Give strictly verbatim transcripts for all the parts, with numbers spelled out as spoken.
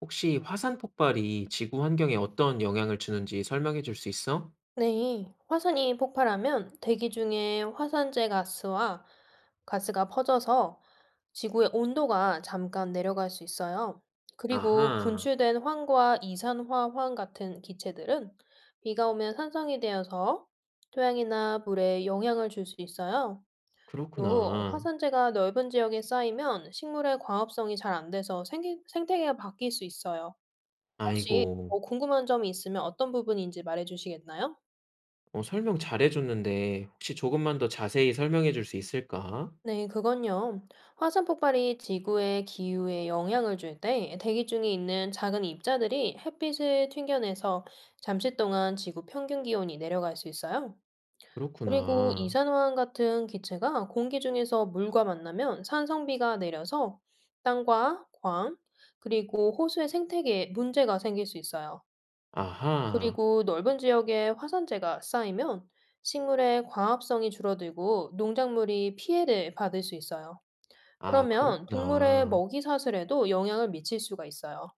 혹시 화산 폭발이 지구 환경에 어떤 영향을 주는지 설명해 줄 수 있어? 네, 화산이 폭발하면 대기 중에 화산재 가스와 가스가 퍼져서 지구의 온도가 잠깐 내려갈 수 있어요. 그리고 아하. 분출된 황과 이산화황 같은 기체들은 비가 오면 산성이 되어서 토양이나 물에 영향을 줄 수 있어요. 또 그렇구나. 화산재가 넓은 지역에 쌓이면 식물의 광합성이 잘 안 돼서 생기, 생태계가 바뀔 수 있어요. 혹시 아이고. 뭐 궁금한 점이 있으면 어떤 부분인지 말해 주시겠나요? 어, 설명 잘해 줬는데 혹시 조금만 더 자세히 설명해 줄 수 있을까? 네, 그건요. 화산 폭발이 지구의 기후에 영향을 줄 때 대기 중에 있는 작은 입자들이 햇빛을 튕겨내서 잠시 동안 지구 평균 기온이 내려갈 수 있어요. 그리고 그렇구나. 이산화황 같은 기체가 공기 중에서 물과 만나면 산성비가 내려서 땅과 광, 그리고 호수의 생태계에 문제가 생길 수 있어요. 아하. 그리고 넓은 지역에 화산재가 쌓이면 식물의 광합성이 줄어들고 농작물이 피해를 받을 수 있어요. 아, 그러면 동물의 그렇구나. 먹이 사슬에도 영향을 미칠 수가 있어요.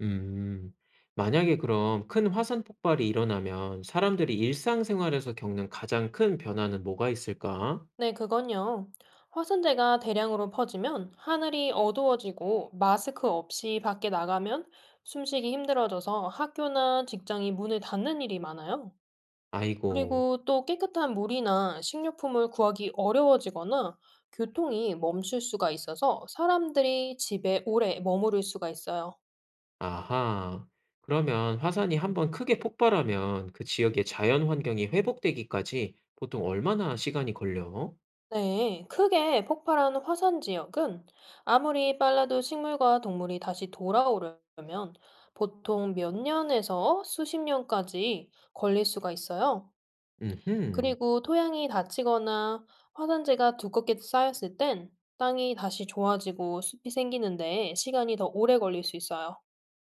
음, 만약에 그럼 큰 화산 폭발이 일어나면 사람들이 일상생활에서 겪는 가장 큰 변화는 뭐가 있을까? 네, 그건요. 화산재가 대량으로 퍼지면 하늘이 어두워지고 마스크 없이 밖에 나가면 숨쉬기 힘들어져서 학교나 직장이 문을 닫는 일이 많아요. 아이고. 그리고 또 깨끗한 물이나 식료품을 구하기 어려워지거나 교통이 멈출 수가 있어서 사람들이 집에 오래 머무를 수가 있어요. 아하. 그러면 화산이 한번 크게 폭발하면 그 지역의 자연 환경이 회복되기까지 보통 얼마나 시간이 걸려? 네, 크게 폭발한 화산 지역은 아무리 빨라도 식물과 동물이 다시 돌아오려면 보통 몇 년에서 수십 년까지 걸릴 수가 있어요. 음흠. 그리고 토양이 다치거나 화산재가 두껍게 쌓였을 땐 땅이 다시 좋아지고 숲이 생기는데 시간이 더 오래 걸릴 수 있어요.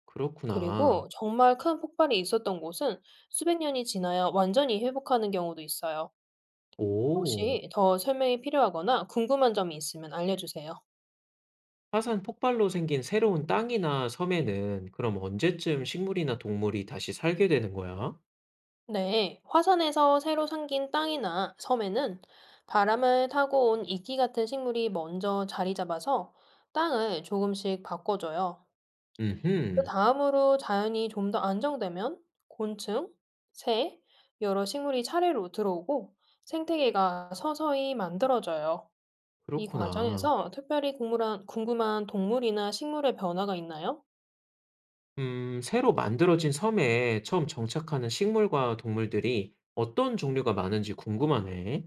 그렇구나. 그리고 정말 큰 폭발이 있었던 곳은 수백 년이 지나야 완전히 회복하는 경우도 있어요. 오. 혹시 더 설명이 필요하거나 궁금한 점이 있으면 알려주세요. 화산 폭발로 생긴 새로운 땅이나 섬에는 그럼 언제쯤 식물이나 동물이 다시 살게 되는 거야? 네, 화산에서 새로 생긴 땅이나 섬에는 바람을 타고 온 이끼 같은 식물이 먼저 자리 잡아서 땅을 조금씩 바꿔줘요. 그 음흠. 다음으로 자연이 좀 더 안정되면 곤충, 새, 여러 식물이 차례로 들어오고 생태계가 서서히 만들어져요. 이 그렇구나. 과정에서 특별히 궁금한, 궁금한 동물이나 식물의 변화가 있나요? 음, 새로 만들어진 섬에 처음 정착하는 식물과 동물들이 어떤 종류가 많은지 궁금하네.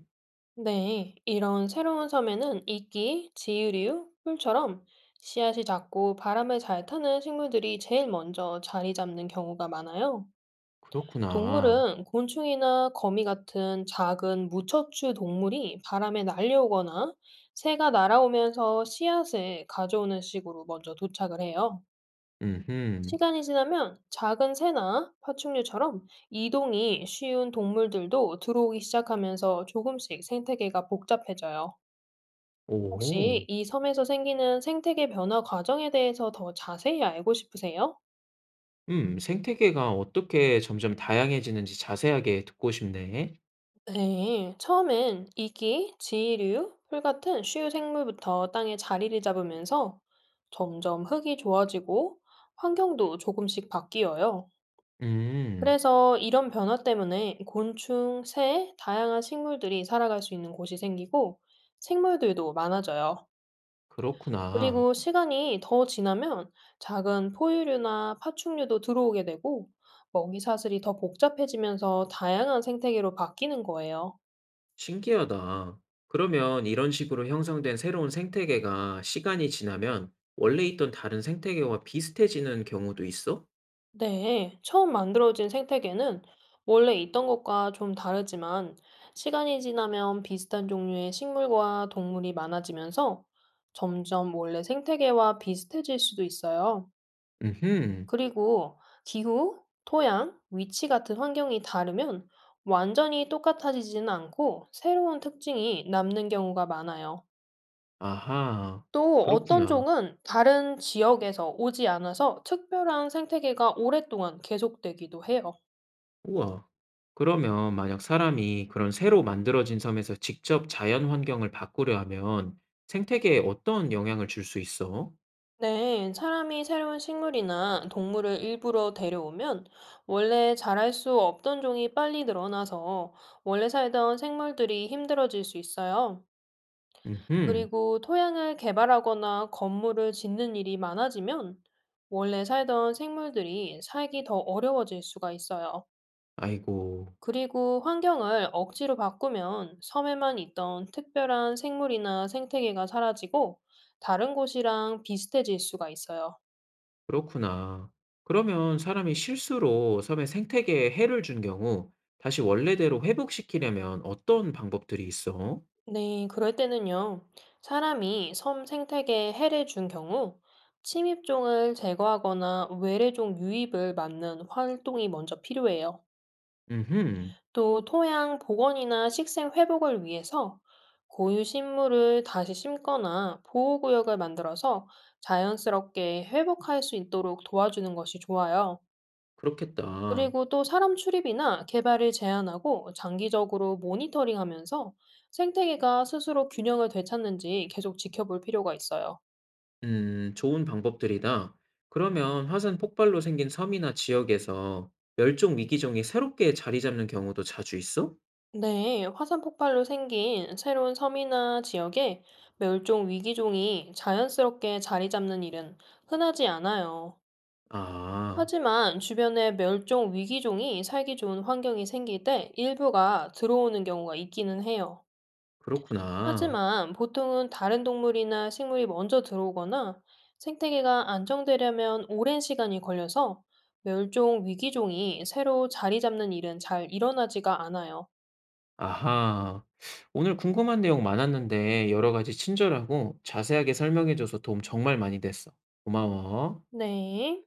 네, 이런 새로운 섬에는 이끼, 지유류, 풀처럼 씨앗이 작고 바람에 잘 타는 식물들이 제일 먼저 자리 잡는 경우가 많아요. 그렇구나. 동물은 곤충이나 거미 같은 작은 무척추 동물이 바람에 날려오거나 새가 날아오면서 씨앗을 가져오는 식으로 먼저 도착을 해요. 음흠. 시간이 지나면 작은 새나 파충류처럼 이동이 쉬운 동물들도 들어오기 시작하면서 조금씩 생태계가 복잡해져요. 혹시 오. 이 섬에서 생기는 생태계 변화 과정에 대해서 더 자세히 알고 싶으세요? 음, 생태계가 어떻게 점점 다양해지는지 자세하게 듣고 싶네. 네, 처음엔 이기, 지류풀 같은 쉬우 생물부터 땅에 자리를 잡으면서 점점 흙이 좋아지고 환경도 조금씩 바뀌어요. 음. 그래서 이런 변화 때문에 곤충, 새, 다양한 식물들이 살아갈 수 있는 곳이 생기고 생물들도 많아져요. 그렇구나. 그리고 시간이 더 지나면 작은 포유류나 파충류도 들어오게 되고 먹이 사슬이 더 복잡해지면서 다양한 생태계로 바뀌는 거예요. 신기하다. 그러면 이런 식으로 형성된 새로운 생태계가 시간이 지나면 원래 있던 다른 생태계와 비슷해지는 경우도 있어? 네, 처음 만들어진 생태계는 원래 있던 것과 좀 다르지만 시간이 지나면 비슷한 종류의 식물과 동물이 많아지면서 점점 원래 생태계와 비슷해질 수도 있어요. 음흠. 그리고 기후, 토양, 위치 같은 환경이 다르면 완전히 똑같아지지는 않고 새로운 특징이 남는 경우가 많아요. 아하. 또 어떤 그렇구나. 종은 다른 지역에서 오지 않아서 특별한 생태계가 오랫동안 계속되기도 해요. 우와. 그러면 만약 사람이 그런 새로 만들어진 섬에서 직접 자연 환경을 바꾸려 하면 생태계에 어떤 영향을 줄 수 있어? 네, 사람이 새로운 식물이나 동물을 일부러 데려오면 원래 자랄 수 없던 종이 빨리 늘어나서 원래 살던 생물들이 힘들어질 수 있어요. 음. 그리고 토양을 개발하거나 건물을 짓는 일이 많아지면 원래 살던 생물들이 살기 더 어려워질 수가 있어요. 아이고. 그리고 환경을 억지로 바꾸면 섬에만 있던 특별한 생물이나 생태계가 사라지고 다른 곳이랑 비슷해질 수가 있어요. 그렇구나. 그러면 사람이 실수로 섬의 생태계에 해를 준 경우 다시 원래대로 회복시키려면 어떤 방법들이 있어? 네, 그럴 때는요. 사람이 섬 생태계에 해를 준 경우 침입종을 제거하거나 외래종 유입을 막는 활동이 먼저 필요해요. 음흠. 또 토양 복원이나 식생 회복을 위해서 고유 식물을 다시 심거나 보호구역을 만들어서 자연스럽게 회복할 수 있도록 도와주는 것이 좋아요. 그렇겠다. 그리고 또 사람 출입이나 개발을 제한하고 장기적으로 모니터링하면서 생태계가 스스로 균형을 되찾는지 계속 지켜볼 필요가 있어요. 음, 좋은 방법들이다. 그러면 화산 폭발로 생긴 섬이나 지역에서 멸종 위기종이 새롭게 자리 잡는 경우도 자주 있어? 네, 화산 폭발로 생긴 새로운 섬이나 지역에 멸종 위기종이 자연스럽게 자리 잡는 일은 흔하지 않아요. 아, 하지만 주변에 멸종 위기종이 살기 좋은 환경이 생길 때 일부가 들어오는 경우가 있기는 해요. 그렇구나. 하지만 보통은 다른 동물이나 식물이 먼저 들어오거나 생태계가 안정되려면 오랜 시간이 걸려서 멸종 위기종이 새로 자리 잡는 일은 잘 일어나지가 않아요. 아하. 오늘 궁금한 내용 많았는데 여러 가지 친절하고 자세하게 설명해줘서 도움 정말 많이 됐어. 고마워. 네.